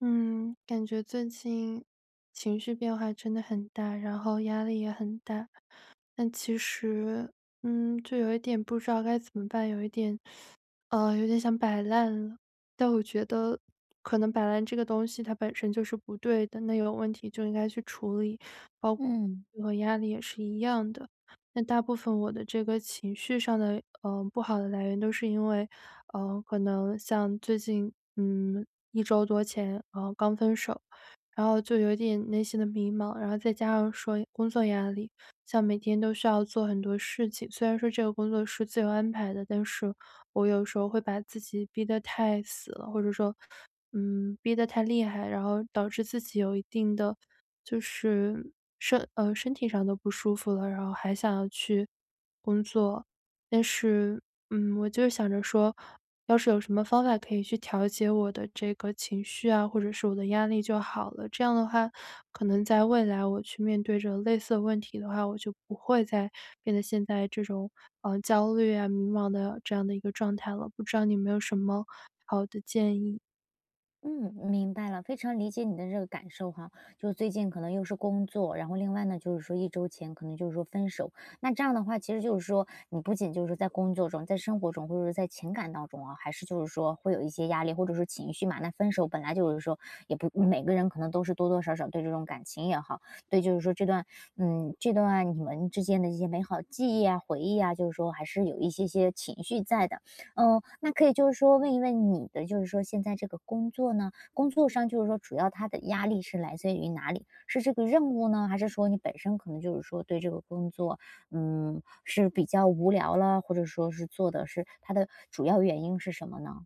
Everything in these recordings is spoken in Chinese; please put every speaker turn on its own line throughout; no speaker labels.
嗯，感觉最近情绪变化真的很大，然后压力也很大。但其实，就有一点不知道该怎么办，有点想摆烂了。但我觉得，可能摆烂这个东西它本身就是不对的，那有问题就应该去处理，包括
嗯
和压力也是一样的。那大部分我的这个情绪上的，不好的来源都是因为，可能像最近，一周多前，刚分手，然后就有点内心的迷茫，然后再加上说工作压力。像每天都需要做很多事情，虽然说这个工作是自由安排的，但是我有时候会把自己逼得太死了，或者说，逼得太厉害，然后导致自己有一定的就是身体上都不舒服了，然后还想要去工作，但是我就是想着说。要是有什么方法可以去调节我的这个情绪啊，或者是我的压力就好了。这样的话，可能在未来我去面对着类似的问题的话，我就不会再变得现在这种焦虑啊、迷茫的这样的一个状态了。不知道你有没有什么好的建议？
嗯，明白了，非常理解你的这个感受哈。就最近可能又是工作，然后另外呢，就是说1周前可能就是说分手。那这样的话，其实就是说你不仅就是在工作中，在生活中，或者是在情感当中啊，还是就是说会有一些压力，或者说情绪嘛。那分手本来就是说也不每个人可能都是多多少少对这种感情也好，对就是说这段你们之间的一些美好记忆啊、回忆啊，就是说还是有一些些情绪在的。嗯，那可以就是说问一问你的，就是说现在这个工作呢，工作上就是说主要它的压力是来自于哪里？是这个任务呢，还是说你本身可能就是说对这个工作，是比较无聊了，或者说是做的是它的主要原因是什么呢？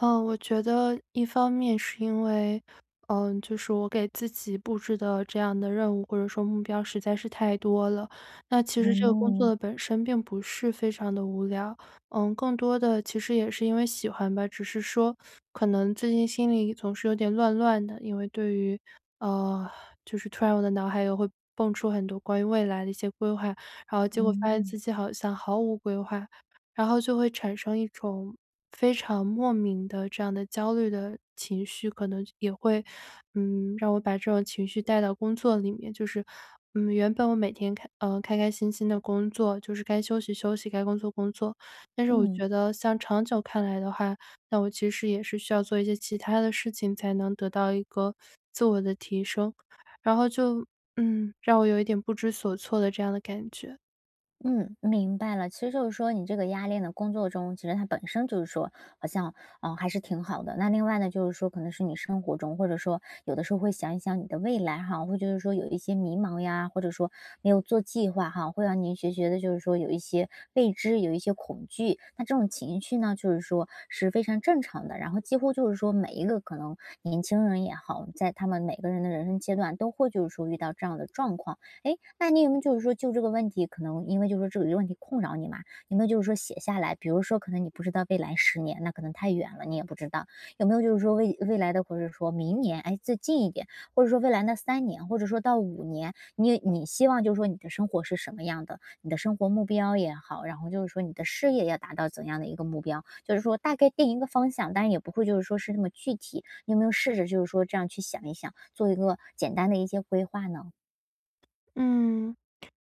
嗯，我觉得一方面是因为，就是我给自己布置的这样的任务或者说目标实在是太多了。那其实这个工作
嗯
的本身并不是非常的无聊，更多的其实也是因为喜欢吧，只是说可能最近心里总是有点乱乱的，因为对于，呃，就是突然我的脑海又会蹦出很多关于未来的一些规划，然后结果发现
嗯
自己好像毫无规划，然后就会产生一种非常莫名的这样的焦虑的情绪，可能也会，让我把这种情绪带到工作里面。就是，原本我每天开开心心的工作，就是该休息休息，该工作工作。但是我
嗯。
觉得，像长久看来的话，那我其实也是需要做一些其他的事情，才能得到一个自我的提升。然后就，让我有一点不知所措的这样的感觉。
嗯，明白了。其实就是说，你这个压力呢，工作中其实它本身就是说，好像还是挺好的。那另外呢，就是说，可能是你生活中，或者说有的时候会想一想你的未来哈，会就是说有一些迷茫呀，或者说没有做计划哈，会让您学学的，就是说有一些未知，有一些恐惧。那这种情绪呢，就是说是非常正常的。然后几乎就是说每一个可能年轻人也好，在他们每个人的人生阶段都会就是说遇到这样的状况。哎，那你有没有就是说就这个问题，可能因为就是说这个问题困扰你嘛，有没有就是说写下来？比如说，可能你不知道未来10年，那可能太远了，你也不知道有没有就是说未来的，或者说明年，哎，再近一点，或者说未来那3年，或者说到5年，你希望就是说你的生活是什么样的？你的生活目标也好，然后就是说你的事业要达到怎样的一个目标？就是说大概定一个方向，但是也不会就是说是那么具体。你有没有试着就是说这样去想一想，做一个简单的一些规划呢？
嗯。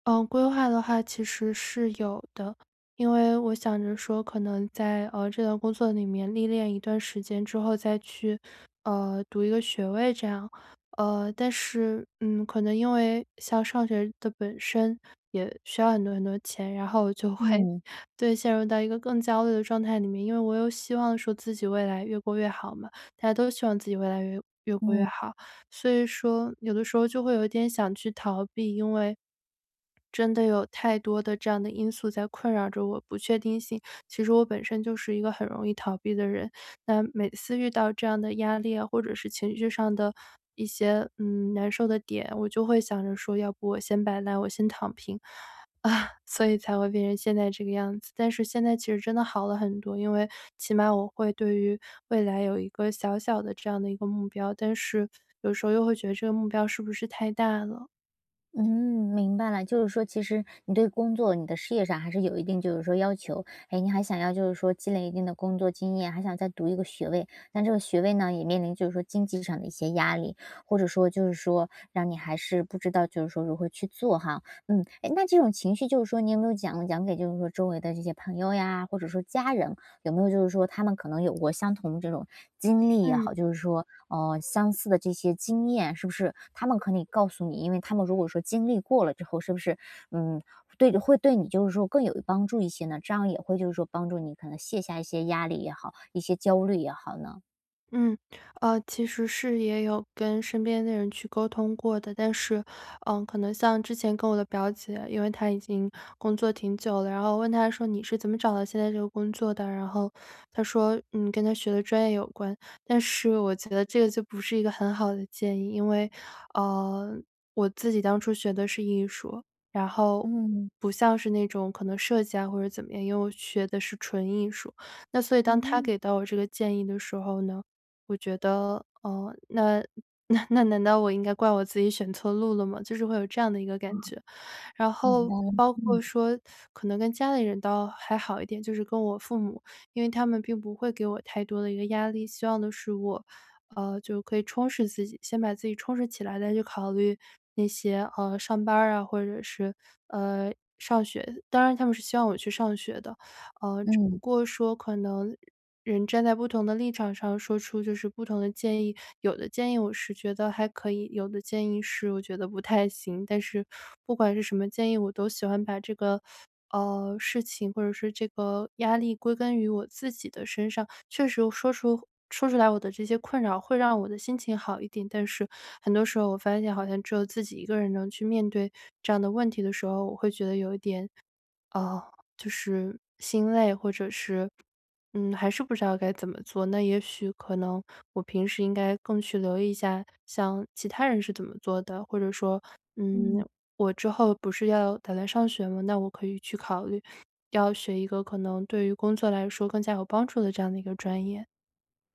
嗯，规划的话其实是有的，因为我想着说，可能在这段工作里面历练一段时间之后，再去读一个学位这样，但是可能因为像上学的本身也需要很多很多钱，然后我就会
嗯。
对陷入到一个更焦虑的状态里面，因为我又希望说自己未来越过越好嘛，大家都希望自己未来越越过越
嗯
好，所以说有的时候就会有一点想去逃避，因为真的有太多的这样的因素在困扰着我，不确定性。其实我本身就是一个很容易逃避的人，那每次遇到这样的压力啊，或者是情绪上的一些难受的点，我就会想着说，要不我先摆烂，我先躺平啊，所以才会变成现在这个样子。但是现在其实真的好了很多，因为起码我会对于未来有一个小小的这样的一个目标，但是有时候又会觉得这个目标是不是太大了。
嗯，明白了，就是说，其实你对工作、你的事业上还是有一定，就是说要求。哎，你还想要就是说积累一定的工作经验，还想再读一个学位，但这个学位呢，也面临就是说经济上的一些压力，或者说就是说让你还是不知道就是说如何去做哈。嗯，哎，那这种情绪就是说，你有没有讲讲给就是说周围的这些朋友呀，或者说家人？有没有就是说他们可能有过相同这种经历也
嗯。
好，就是说，相似的这些经验，是不是他们可以告诉你？因为他们如果说经历过了之后，是不是，嗯，对，会对你就是说更有帮助一些呢？这样也会就是说帮助你可能卸下一些压力也好，一些焦虑也好呢？
嗯，其实是也有跟身边的人去沟通过的，但是，可能像之前跟我的表姐，因为她已经工作挺久了，然后问她说你是怎么找到现在这个工作的？然后她说，跟她学的专业有关，但是我觉得这个就不是一个很好的建议，因为，呃，我自己当初学的是艺术，然后。
嗯，
不像是那种可能设计啊或者怎么样，因为我学的是纯艺术，那所以当他给
嗯，
到我这个建议的时候呢，我觉得，哦，那难道我应该怪我自己选错路了吗？就是会有这样的一个感觉。然
明
后
白了，
包括
嗯
说可能跟家里人倒还好一点，就是跟我父母，因为他们并不会给我太多的一个压力，希望的是我，就可以充实自己，先把自己充实起来，再去考虑那些，上班儿啊，或者是，呃，上学。当然他们是希望我去上学的，只不
嗯
过说可能人站在不同的立场上说出就是不同的建议，有的建议我是觉得还可以，有的建议是我觉得不太行。但是不管是什么建议，我都喜欢把这个事情或者是这个压力归根于我自己的身上。确实说出来我的这些困扰，会让我的心情好一点。但是很多时候我发现，好像只有自己一个人能去面对这样的问题的时候，我会觉得有一点哦，就是心累，或者是，还是不知道该怎么做。那也许可能我平时应该更去留意一下，像其他人是怎么做的，或者说，
嗯。
嗯，我之后不是要打算上学吗？那我可以去考虑，要学一个可能对于工作来说更加有帮助的这样的一个专业。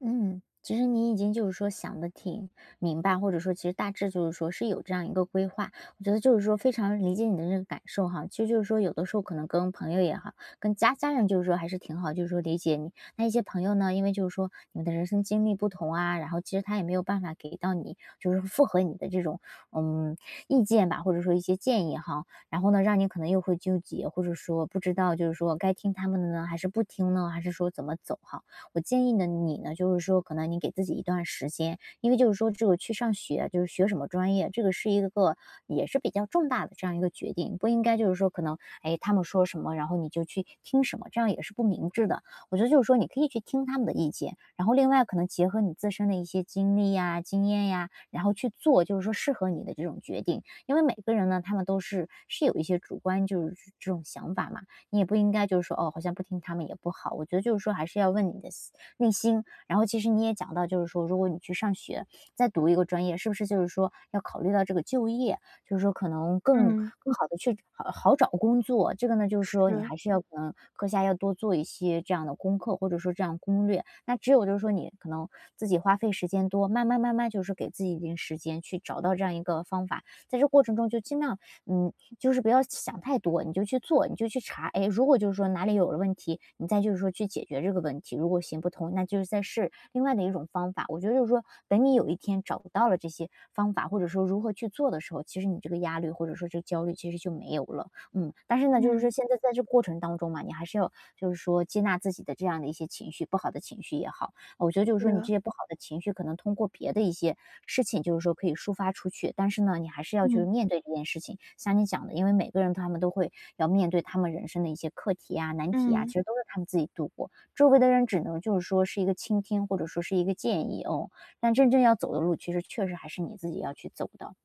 嗯，其实你已经就是说想的挺明白，或者说其实大致就是说是有这样一个规划。我觉得就是说非常理解你的这个感受哈，其实就是说有的时候可能跟朋友也好，跟家人就是说还是挺好，就是说理解你。那一些朋友呢，因为就是说你们的人生经历不同啊，然后其实他也没有办法给到你就是符合你的这种嗯意见吧，或者说一些建议哈，然后呢让你可能又会纠结，或者说不知道就是说该听他们的呢，还是不听呢，还是说怎么走哈。我建议呢你呢，就是说可能你给自己一段时间，因为就是说这个去上学，就是学什么专业，这个是一个也是比较重大的这样一个决定，不应该就是说可能哎他们说什么，然后你就去听什么，这样也是不明智的。我觉得就是说你可以去听他们的意见，然后另外可能结合你自身的一些经历呀、经验呀，然后去做就是说适合你的这种决定，因为每个人呢他们都是有一些主观就是这种想法嘛，你也不应该就是说哦，好像不听他们也不好。我觉得就是说还是要问你的心内心。然后其实你也讲到，就是说如果你去上学再读一个专业，是不是就是说要考虑到这个就业，就是说可能更
嗯，
更好的去好好找工作。这个呢，就是说你
是，
还是要可能课下要多做一些这样的功课，或者说这样攻略。那只有就是说你可能自己花费时间多，慢慢慢慢就是给自己一定时间去找到这样一个方法，在这过程中就尽量嗯就是不要想太多，你就去做，你就去查。哎，如果就是说哪里有了问题，你再就是说去解决这个问题。如果行不通，那就是再试另外的一种方法。我觉得就是说，等你有一天找到了这些方法，或者说如何去做的时候，其实你这个压力或者说这个焦虑其实就没有了。嗯，但是呢，就是说
嗯，
现在在这过程当中嘛，你还是要就是说接纳自己的这样的一些情绪，不好的情绪也好，我觉得就是说你
是，
这些不好的情绪可能通过别的一些事情，就是说可以抒发出去，但是呢，你还是要去
嗯，
面对这件事情。像你讲的，因为每个人他们都会要面对他们人生的一些课题啊、难题啊，其
嗯。
实都是他们自己度过。周围的人只能就是说是一个倾听，或者说是一个建议哦。但真正要走的路，其实确实还是你自己要去走的。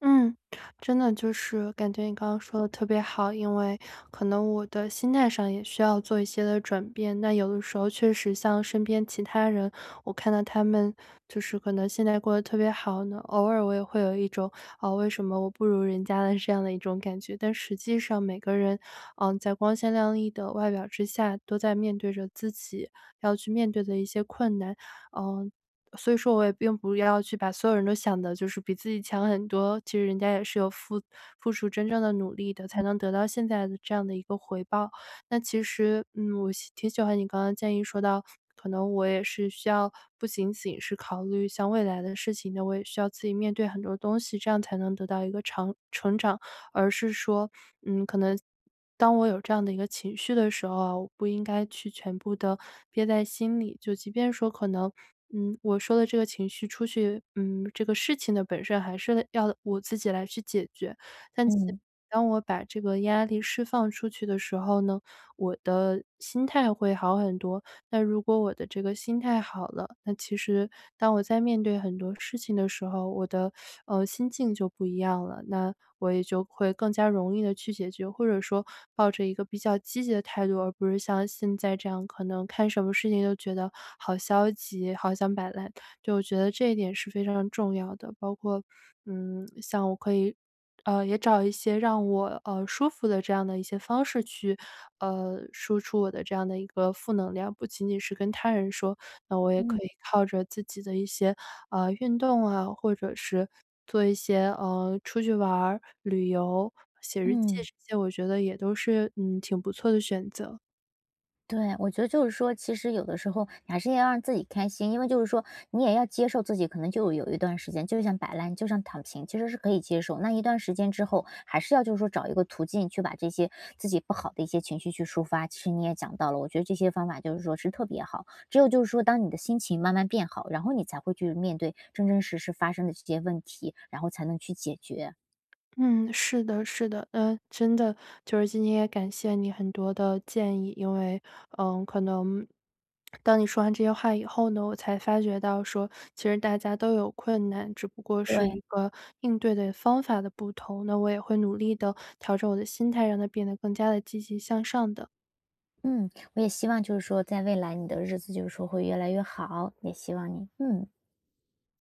嗯，真的就是感觉你刚刚说的特别好，因为可能我的心态上也需要做一些的转变。那有的时候确实像身边其他人，我看到他们就是可能现在过得特别好呢，偶尔我也会有一种啊、为什么我不如人家的这样的一种感觉。但实际上每个人，在光鲜亮丽的外表之下，都在面对着自己要去面对的一些困难。嗯、所以说我也并不要去把所有人都想的，就是比自己强很多，其实人家也是有付出真正的努力的，才能得到现在的这样的一个回报。那其实，我挺喜欢你刚刚建议说到，可能我也是需要不仅仅是考虑像未来的事情那我也需要自己面对很多东西，这样才能得到一个长成长。而是说，可能当我有这样的一个情绪的时候啊，我不应该去全部的憋在心里，就即便说可能我说的这个情绪出去这个事情的本身还是要我自己来去解决。但其
嗯
当我把这个压力释放出去的时候呢，我的心态会好很多。那如果我的这个心态好了，那其实当我在面对很多事情的时候，我的心境就不一样了，那我也就会更加容易的去解决，或者说抱着一个比较积极的态度，而不是像现在这样，可能看什么事情都觉得好消极，好想摆烂。就我觉得这一点是非常重要的，包括像我可以。也找一些让我，舒服的这样的一些方式去，输出我的这样的一个负能量。不仅仅是跟他人说，那我也
嗯
可以靠着自己的一些，运动啊，或者是做一些，出去玩儿、旅游、写日记这
嗯。
些，我觉得也都是，挺不错的选择。
对，我觉得就是说，其实有的时候你还是要让自己开心，因为就是说你也要接受自己可能就有一段时间就想摆烂，就想躺平，其实是可以接受。那一段时间之后，还是要就是说找一个途径去把这些自己不好的一些情绪去抒发。其实你也讲到了，我觉得这些方法就是说是特别好。只有就是说，当你的心情慢慢变好，然后你才会去面对真真实实发生的这些问题，然后才能去解决。
嗯，是的，是的，嗯，真的就是今天也感谢你很多的建议，因为，可能当你说完这些话以后呢，我才发觉到说，其实大家都有困难，只不过是
对，
一个应对的方法的不同。那我也会努力的调整我的心态，让它变得更加的积极向上的。
嗯，我也希望就是说，在未来你的日子就是说会越来越好，也希望你，嗯。